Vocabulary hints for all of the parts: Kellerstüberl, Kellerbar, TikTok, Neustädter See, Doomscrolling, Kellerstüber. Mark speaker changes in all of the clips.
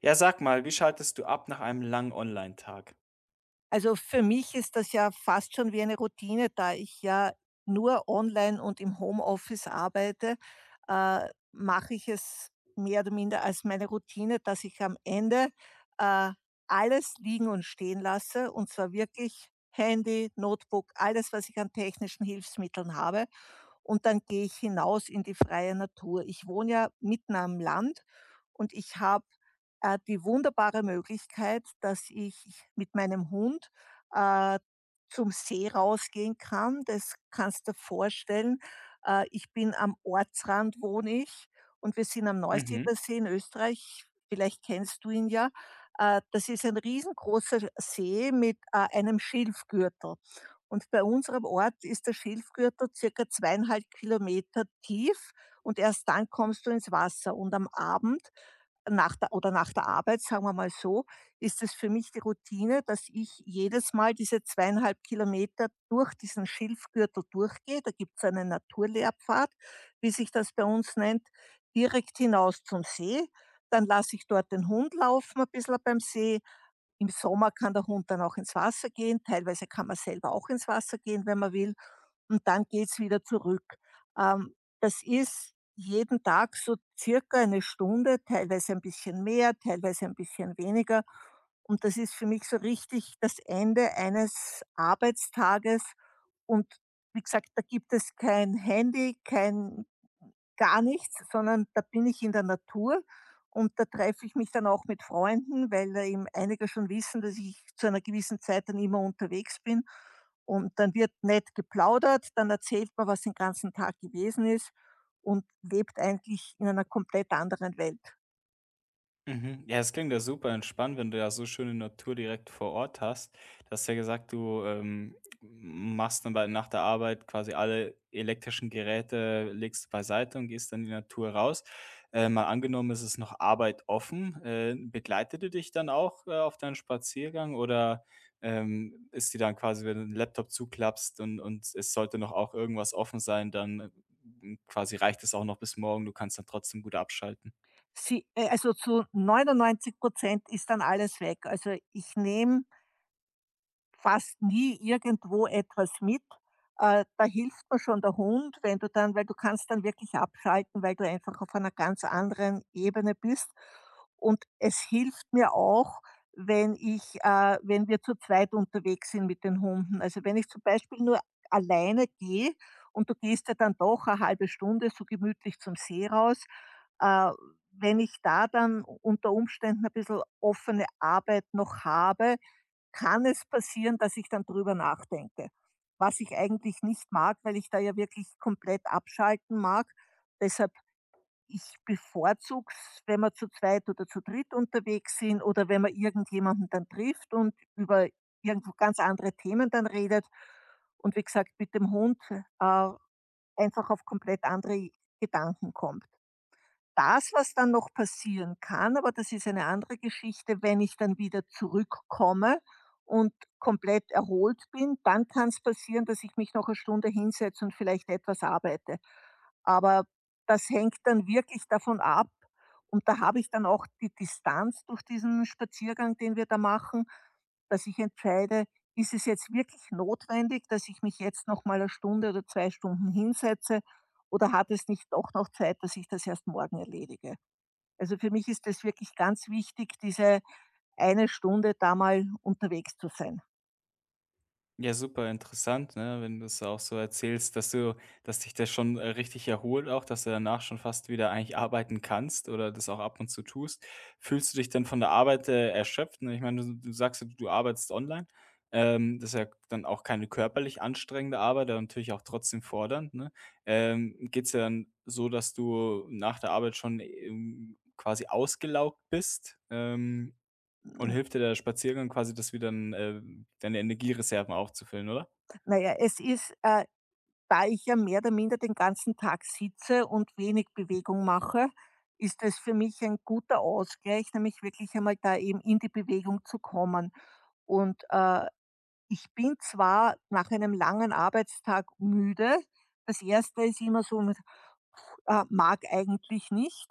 Speaker 1: Ja, sag mal, wie schaltest du ab nach einem langen Onlinetag?
Speaker 2: Also für mich ist das ja fast schon wie eine Routine, da ich ja nur online und im Homeoffice arbeite, mache ich es mehr oder minder als meine Routine, dass ich am Ende äh, alles liegen und stehen lasse und zwar wirklich Handy, Notebook, alles, was ich an technischen Hilfsmitteln habe, und dann gehe ich hinaus in die freie Natur. Ich wohne ja mitten am Land und ich habe die wunderbare Möglichkeit, dass ich mit meinem Hund äh, zum See rausgehen kann. Das kannst du dir vorstellen. Ich bin am Ortsrand, wohne ich, und wir sind am Neustädter
Speaker 1: Mhm.
Speaker 2: See in Österreich. Vielleicht kennst du ihn ja. Das ist ein riesengroßer See mit einem Schilfgürtel. Und bei unserem Ort ist der Schilfgürtel circa 2,5 km tief, und erst dann kommst du ins Wasser. Und am Abend nach der, oder nach der Arbeit, sagen wir mal so, ist es für mich die Routine, dass ich jedes Mal diese 2,5 km durch diesen Schilfgürtel durchgehe. Da gibt es eine Naturlehrpfad, wie sich das bei uns nennt, direkt hinaus zum See. Dann lasse ich dort den Hund laufen, ein bisschen beim See. Im Sommer kann der Hund dann auch ins Wasser gehen, teilweise kann man selber auch ins Wasser gehen, wenn man will, und dann geht's wieder zurück. Ähm, das ist jeden Tag so circa eine Stunde, teilweise ein bisschen mehr, teilweise ein bisschen weniger. Und das ist für mich so richtig das Ende eines Arbeitstages. Und wie gesagt, da gibt es kein Handy, kein Gar nichts, sondern da bin ich in der Natur, und da treffe ich mich dann auch mit Freunden, weil da eben einige schon wissen, dass ich zu einer gewissen Zeit dann immer unterwegs bin. Und dann wird nett geplaudert, dann erzählt man, was den ganzen Tag gewesen ist, und lebt eigentlich in einer komplett anderen Welt.
Speaker 1: Mhm. Ja, es klingt ja super entspannt, wenn du ja so schöne Natur direkt vor Ort hast. Du hast ja gesagt, du machst dann nach der Arbeit quasi alle elektrischen Geräte, legst du beiseite und gehst dann in die Natur raus. Mal angenommen, es ist noch Arbeit offen. Begleitet du dich dann auch auf deinen Spaziergang oder ist die dann quasi, wenn du den Laptop zuklappst und es sollte noch auch irgendwas offen sein, dann quasi reicht es auch noch bis morgen, du kannst dann trotzdem gut abschalten?
Speaker 2: Sie also zu 99% ist dann alles weg. Also, ich nehme fast nie irgendwo etwas mit. Da hilft mir schon der Hund, wenn du dann, weil du kannst dann wirklich abschalten, weil du einfach auf einer ganz anderen Ebene bist. Und es hilft mir auch, wenn ich wenn wir zu zweit unterwegs sind mit den Hunden. Also, wenn ich zum Beispiel nur alleine gehe, und du gehst ja dann doch eine halbe Stunde so gemütlich zum See raus, äh, wenn ich da dann unter Umständen ein bisschen offene Arbeit noch habe, kann es passieren, dass ich dann drüber nachdenke, was ich eigentlich nicht mag, weil ich da ja wirklich komplett abschalten mag. Deshalb, ich bevorzuge es, wenn wir zu zweit oder zu dritt unterwegs sind oder wenn man irgendjemanden dann trifft und über irgendwo ganz andere Themen dann redet. Und wie gesagt, mit dem Hund einfach auf komplett andere Gedanken kommt. Das, was dann noch passieren kann, aber das ist eine andere Geschichte, wenn ich dann wieder zurückkomme und komplett erholt bin, dann kann es passieren, dass ich mich noch eine Stunde hinsetze und vielleicht etwas arbeite. Aber das hängt dann wirklich davon ab, und da habe ich dann auch die Distanz durch diesen Spaziergang, den wir da machen, dass ich entscheide: „Ist es jetzt wirklich notwendig, dass ich mich jetzt noch mal eine Stunde oder 2 Stunden hinsetze, oder hat es nicht doch noch Zeit, dass ich das erst morgen erledige?" Also für mich ist es wirklich ganz wichtig, diese eine Stunde da mal unterwegs zu sein.
Speaker 1: Ja, super interessant, ne, wenn du es auch so erzählst, dass dich das schon, richtig erholt auch, dass du danach schon fast wieder eigentlich arbeiten kannst oder das auch ab und zu tust. Fühlst du dich denn von der Arbeit, erschöpft, ne? Ich meine, du sagst ja, du arbeitest online. Das ist ja dann auch keine körperlich anstrengende Arbeit, aber natürlich auch trotzdem fordernd, ne? Geht's ja dann so, dass du nach der Arbeit schon, quasi ausgelaugt bist? Und
Speaker 2: N
Speaker 1: hilft dir der Spaziergang quasi, das wieder 'n deine Energiereserven aufzufüllen, oder?
Speaker 2: na ja, es ist da ich ja mehr oder minder den ganzen Tag sitze und wenig Bewegung mache, ist es für mich ein guter Ausgleich, nämlich wirklich einmal da eben in die Bewegung zu kommen. Und ich bin zwar nach einem langen Arbeitstag müde, das erste ist immer so, mag eigentlich nicht.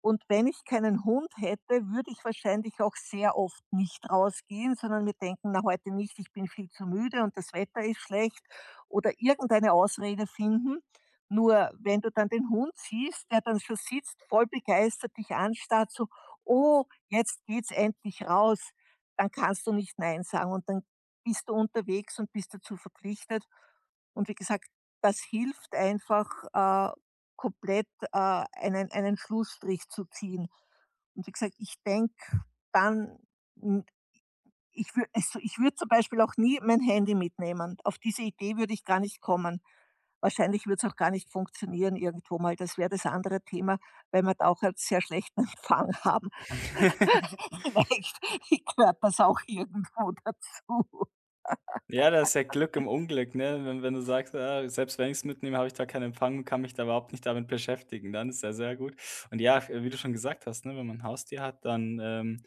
Speaker 2: Und wenn ich keinen Hund hätte, würde ich wahrscheinlich auch sehr oft nicht rausgehen, sondern mir denken, na heute nicht, ich bin viel zu müde und das Wetter ist schlecht, oder irgendeine Ausrede finden. Nur wenn du dann den Hund siehst, der dann schon sitzt, voll begeistert dich anstarrt, so, oh, jetzt geht's endlich raus, dann kannst du nicht Nein sagen, und dann bist du unterwegs und bist dazu verpflichtet. Und wie gesagt, das hilft einfach komplett, einen Schlussstrich zu ziehen. Und wie gesagt, ich denke dann, n ich wür also, ich würde zum Beispiel auch nie mein Handy mitnehmen. Auf diese Idee würde ich gar nicht kommen. Wahrscheinlich wird es auch gar nicht funktionieren irgendwo mal. Das wäre das andere Thema, weil wir da auch einen sehr schlechten Empfang haben. Vielleicht gehört das auch irgendwo dazu.
Speaker 1: Ja, das ist ja Glück im Unglück, ne? Wenn du sagst: „Ah, selbst wenn ich's mitnehme, habe ich da keinen Empfang und kann mich da überhaupt nicht damit beschäftigen.“ Dann ist ja sehr gut. Und ja, f wie du schon gesagt hast, ne, wenn man 'n Haustier hat, dann,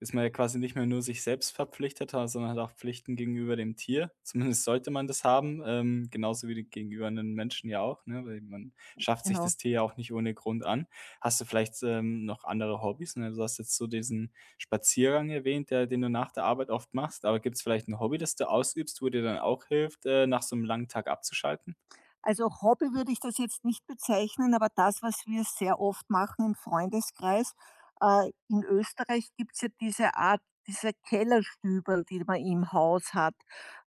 Speaker 1: ist man ja quasi nicht mehr nur sich selbst verpflichtet, sondern hat auch Pflichten gegenüber dem Tier. Zumindest sollte man das haben, genauso wie die gegenüber 'nen Menschen ja auch, ne? Weil man schafft sich
Speaker 2: Genau.
Speaker 1: das Tier ja auch nicht ohne Grund an. Hast du vielleicht, noch andere Hobbys, ne? Du hast jetzt so diesen Spaziergang erwähnt, der den du nach der Arbeit oft machst, aber gibt es vielleicht ein Hobby, das du ausübst, wo dir dann auch hilft, nach so einem langen Tag abzuschalten?
Speaker 2: Also Hobby würde ich das jetzt nicht bezeichnen, aber das, was wir sehr oft machen im Freundeskreis, in Österreich gibt es ja diese Art, diese Kellerstübel, die man im Haus hat.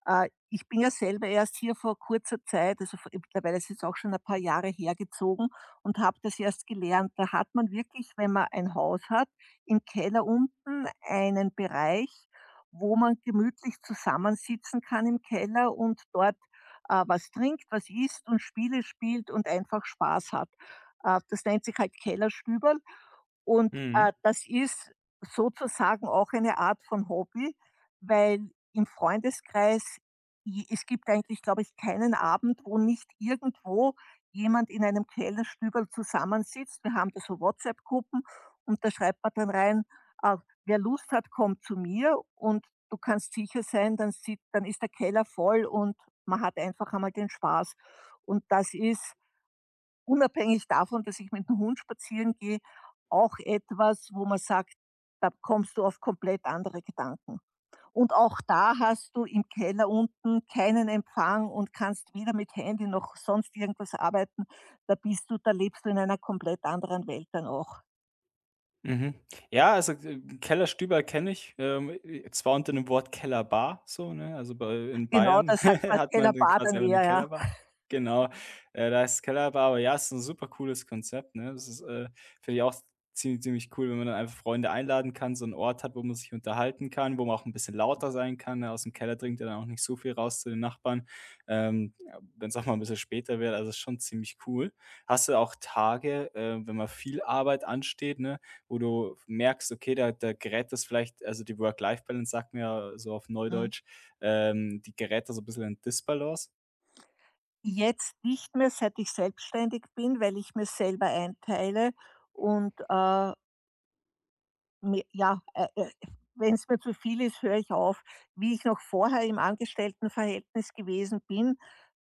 Speaker 2: Ich bin ja selber erst hier vor kurzer Zeit, also mittlerweile ist es auch schon ein paar Jahre, hergezogen und habe das erst gelernt. Da hat man wirklich, wenn man ein Haus hat, im Keller unten einen Bereich, wo man gemütlich zusammensitzen kann im Keller und dort was trinkt, was isst und Spiele spielt und einfach Spaß hat. Das nennt sich halt Kellerstüberl, und
Speaker 1: Mhm.
Speaker 2: das ist sozusagen auch eine Art von Hobby, weil im Freundeskreis, j es gibt eigentlich, glaube ich, keinen Abend, wo nicht irgendwo jemand in einem Kellerstübel zusammensitzt. Wir haben da so WhatsApp-Gruppen, und da schreibt man dann rein, äh: „Wer Lust hat, kommt zu mir", und du kannst sicher sein, dann sieht dann ist der Keller voll, und man hat einfach einmal den Spaß. Und das ist, unabhängig davon, dass ich mit dem Hund spazieren gehe, auch etwas, wo man sagt, da kommst du auf komplett andere Gedanken. Und auch da hast du im Keller unten keinen Empfang und kannst weder mit Handy noch sonst irgendwas arbeiten. Da lebst du in einer komplett anderen Welt dann auch.
Speaker 1: Mhm. Ja, also, Kellerstüber kenne ich, zwar unter dem Wort Kellerbar so, ne? Also, bei in
Speaker 2: Genau,
Speaker 1: Bayern
Speaker 2: das sagt man
Speaker 1: hat man dann
Speaker 2: Kellerbar
Speaker 1: quasi
Speaker 2: dann
Speaker 1: einfach eine
Speaker 2: eher, ja.
Speaker 1: Kellerbar. Genau, da ist Kellerbar, aber ja, es ist ein super cooles Konzept, ne? Das ist, finde ich auch ziemlich cool, wenn man dann einfach Freunde einladen kann, so 'n Ort hat, wo man sich unterhalten kann, wo man auch ein bisschen lauter sein kann, ne? Aus dem Keller dringt ja dann auch nicht so viel raus zu den Nachbarn, ja, wenn's auch mal ein bisschen später wird, also, ist schon ziemlich cool. Hast du auch Tage, wenn mal viel Arbeit ansteht, ne? Wo du merkst, okay, da gerät das vielleicht, also die Work-Life-Balance sagt man ja so auf
Speaker 2: Mhm.
Speaker 1: Neudeutsch, die gerät da so ein bisschen in Disbalance.
Speaker 2: Jetzt nicht mehr, seit ich selbstständig bin, weil ich mir selber einteile, und mi ja, wenn's mir zu viel ist, höre ich auf. Wie ich noch vorher im Angestelltenverhältnis gewesen bin,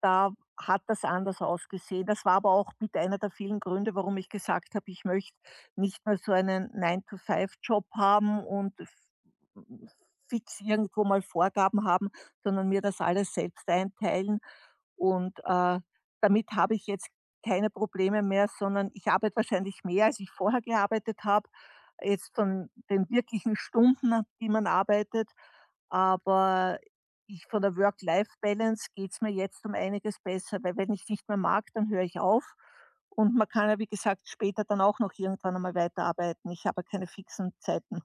Speaker 2: da hat das anders ausgesehen. Das war aber auch mit einer der vielen Gründe, warum ich gesagt habe, ich möchte nicht mehr so einen 9 to five Job haben und f fix irgendwo mal Vorgaben haben, sondern mir das alles selbst einteilen. Und damit habe ich jetzt keine Probleme mehr, sondern ich arbeite wahrscheinlich mehr, als ich vorher gearbeitet habe, jetzt von den wirklichen Stunden, die man arbeitet. Aber ich von der Work-Life-Balance geht's mir jetzt um einiges besser, weil wenn ich nicht mehr mag, dann höre ich auf. Und man kann ja, wie gesagt, später dann auch noch irgendwann einmal weiterarbeiten. Ich habe ja keine fixen Zeiten.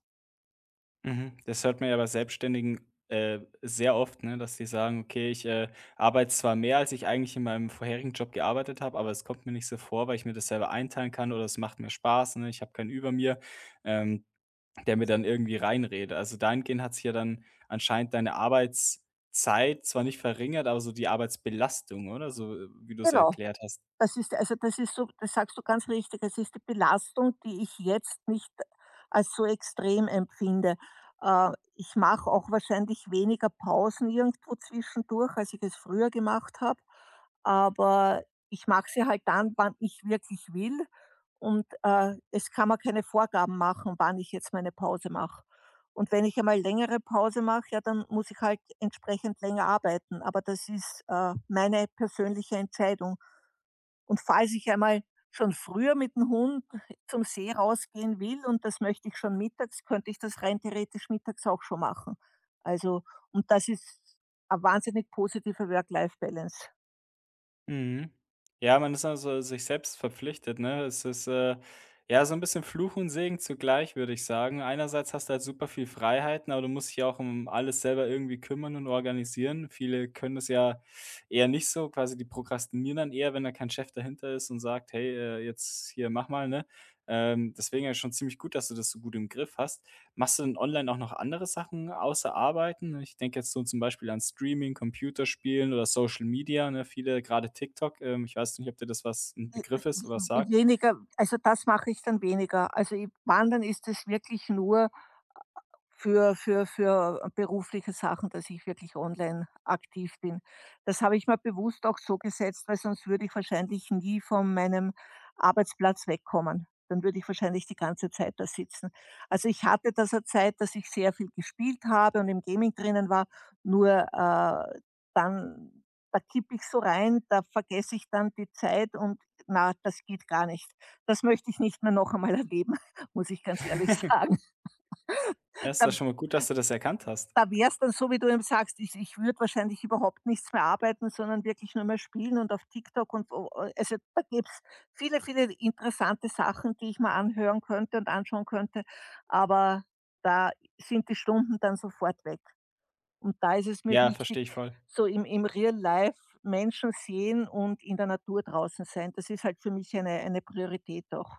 Speaker 1: Mhm. Das hört man ja bei Selbstständigen, sehr oft, ne, dass die sagen: „Okay, ich, arbeite zwar mehr, als ich eigentlich in meinem vorherigen Job gearbeitet habe, aber es kommt mir nicht so vor, weil ich mir das selber einteilen kann oder es macht mir Spaß, ne? Ich habe keinen über mir.“ Ähm Der mir dann irgendwie reinredet. Also, dahingehend hat sich ja dann anscheinend deine Arbeitszeit zwar nicht verringert, aber so die Arbeitsbelastung, oder? So, wie du's ja
Speaker 2: Genau.
Speaker 1: erklärt hast.
Speaker 2: Das ist also, das ist so das sagst du ganz richtig. Es ist die Belastung, die ich jetzt nicht als so extrem empfinde. Ich mache auch wahrscheinlich weniger Pausen irgendwo zwischendurch, als ich es früher gemacht habe, aber ich mache sie halt dann, wann ich wirklich will, und es kann man keine Vorgaben machen, wann ich jetzt meine Pause mache. Und wenn ich einmal längere Pause mache, ja, dann muss ich halt entsprechend länger arbeiten, aber das ist meine persönliche Entscheidung. Und falls ich einmal schon früher mit dem Hund zum See rausgehen will, und das möchte ich schon mittags, könnte ich das rein theoretisch mittags auch schon machen. Also, und das ist eine wahnsinnig positive Work-Life-Balance.
Speaker 1: Mhm. Ja, man ist also sich selbst verpflichtet, ne? Es ist, ja, so ein bisschen Fluch und Segen zugleich, würde ich sagen. Einerseits hast du halt super viel Freiheiten, aber du musst dich ja auch um alles selber irgendwie kümmern und organisieren. Viele können das ja eher nicht so, quasi die prokrastinieren dann eher, wenn da kein Chef dahinter ist und sagt: „Hey, jetzt hier mach mal“, ne? Deswegen ja schon ziemlich gut, dass du das so gut im Griff hast. Machst du denn online auch noch andere Sachen außer Arbeiten? Ich denke jetzt so zum Beispiel an Streaming, Computerspielen oder Social Media, ne? Viele gerade TikTok, ich weiß nicht, ob dir das was ein Begriff ist oder was
Speaker 2: E
Speaker 1: sagt.
Speaker 2: weniger also das mache ich dann weniger. Also, i Wandern ist es wirklich nur für berufliche Sachen, dass ich wirklich online aktiv bin. Das habe ich mir bewusst auch so gesetzt, weil sonst würde ich wahrscheinlich nie von meinem Arbeitsplatz wegkommen. Dann würde ich wahrscheinlich die ganze Zeit da sitzen. Also, ich hatte das 'ne Zeit, dass ich sehr viel gespielt habe und im Gaming drinnen war, nur, dann da kippe ich so rein, da vergesse ich dann die Zeit, und na, das geht gar nicht. Das möchte ich nicht mehr noch einmal erleben, muss ich ganz ehrlich sagen.
Speaker 1: Ja, ist
Speaker 2: Da
Speaker 1: das schon mal gut, dass du das erkannt hast.
Speaker 2: da wär's dann so, wie du eben sagst, ich würde wahrscheinlich überhaupt nichts mehr arbeiten, sondern wirklich nur mehr spielen und auf TikTok, und o also, da gibt's viele, viele interessante Sachen, die ich mal anhören könnte und anschauen könnte, aber da sind die Stunden dann sofort weg. Und da ist es mir
Speaker 1: Ja,
Speaker 2: wichtig,
Speaker 1: verstehe ich voll.
Speaker 2: so im Real Life Menschen sehen und in der Natur draußen sein. Das ist halt für mich eine Priorität auch.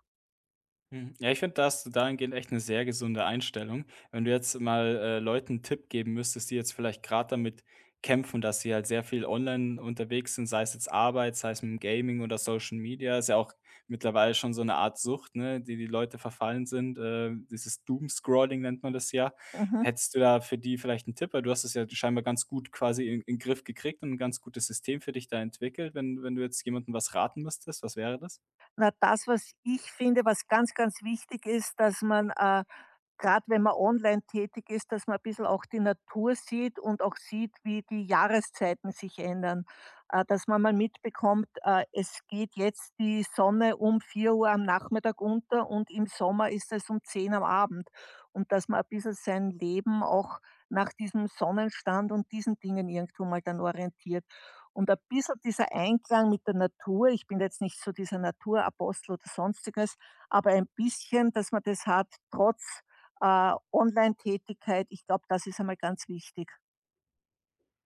Speaker 1: Mhm. Ja, ich finde, da hast du dahingehend echt eine sehr gesunde Einstellung. Wenn du jetzt mal, Leuten einen Tipp geben müsstest, die jetzt vielleicht gerade damit kämpfen, dass sie halt sehr viel online unterwegs sind, sei es jetzt Arbeit, sei es mit'm Gaming oder Social Media, ist ja auch mittlerweile schon so eine Art Sucht, ne, die die Leute verfallen sind. Dieses Doomscrolling nennt man das ja.
Speaker 2: Mhm.
Speaker 1: Hättest du da für die vielleicht einen Tipp? Weil du hast es ja scheinbar ganz gut quasi in den Griff gekriegt und ein ganz gutes System für dich da entwickelt. Wenn du jetzt jemandem was raten müsstest, was wäre das?
Speaker 2: Na, das, was ich finde, was ganz, ganz wichtig ist, dass man grad wenn man online tätig ist, dass man 'n bisschen auch die Natur sieht und auch sieht, wie die Jahreszeiten sich ändern. Dass man mal mitbekommt, es geht jetzt die Sonne um 4 Uhr am Nachmittag unter, und im Sommer ist es um 10 am Abend. Und dass man ein bisschen sein Leben auch nach diesem Sonnenstand und diesen Dingen irgendwo mal dann orientiert. Und ein bisschen dieser Einklang mit der Natur, ich bin jetzt nicht so dieser Naturapostel oder Sonstiges, aber ein bisschen, dass man das hat, trotz Online-Tätigkeit, ich glaube, das ist einmal ganz wichtig.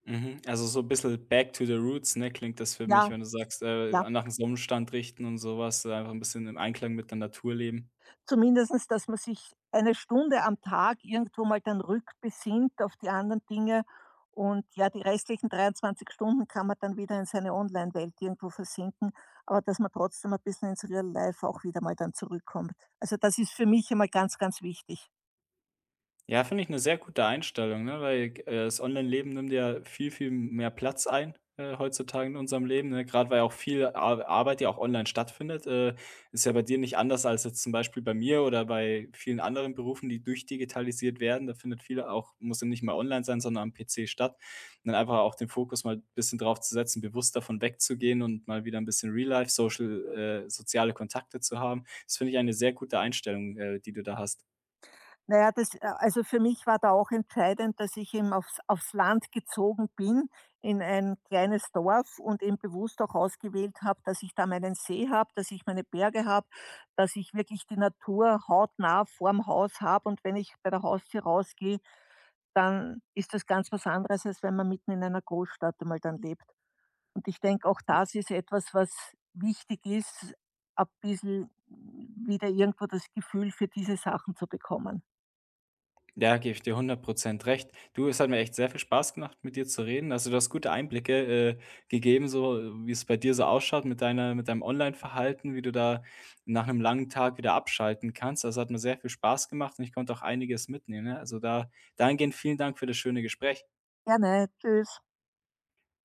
Speaker 1: Mhm. Also, so ein bisschen back to the roots, ne, klingt das für mich,
Speaker 2: Ja,
Speaker 1: wenn du sagst,
Speaker 2: ja.
Speaker 1: nach dem Sonnenstand richten und sowas, was, einfach ein bisschen im Einklang mit der Natur leben.
Speaker 2: Zumindestens, dass man sich eine Stunde am Tag irgendwo mal dann rückbesinnt auf die anderen Dinge, und ja, die restlichen 23 Stunden kann man dann wieder in seine Online-Welt irgendwo versinken, aber dass man trotzdem ein bisschen ins Real Life auch wieder mal dann zurückkommt. Also, das ist für mich immer ganz, ganz wichtig.
Speaker 1: Ja, finde ich eine sehr gute Einstellung, ne, weil das Online-Leben nimmt ja viel, viel mehr Platz ein, heutzutage in unserem Leben, ne? Grad weil auch viel Ar Arbeit ja auch online stattfindet. Ist ja bei dir nicht anders als jetzt zum Beispiel bei mir oder bei vielen anderen Berufen, die durchdigitalisiert werden. Da findet viel auch, muss ja nicht mal online sein, sondern am PC statt. Und dann einfach auch den Fokus mal ein bisschen drauf zu setzen, bewusst davon wegzugehen und mal wieder ein bisschen Real Life, Social soziale Kontakte zu haben. Das finde ich eine sehr gute Einstellung, die du da hast.
Speaker 2: Na ja, das a also für mich war da auch entscheidend, dass ich eben aufs Land gezogen bin, in ein kleines Dorf, und eben bewusst auch ausgewählt habe, dass ich da meinen See habe, dass ich meine Berge habe, dass ich wirklich die Natur hautnah vorm Haus habe, und wenn ich bei der Haustür rausgehe, dann ist das ganz was anderes, als wenn man mitten in einer Großstadt einmal dann lebt. Und ich denke, auch das ist etwas, was wichtig ist, ein bisschen wieder irgendwo das Gefühl für diese Sachen zu bekommen.
Speaker 1: Ja, gebe ich dir 100% recht. Du, es hat mir echt sehr viel Spaß gemacht, mit dir zu reden. Also, du hast gute Einblicke, äh, gegeben, so wie es bei dir so ausschaut mit deiner mit deinem Online-Verhalten, wie du da nach einem langen Tag wieder abschalten kannst. Also, hat mir sehr viel Spaß gemacht und ich konnte auch einiges mitnehmen, ne? Also, da dahingehend vielen Dank für das schöne Gespräch.
Speaker 2: Gerne. Tschüss.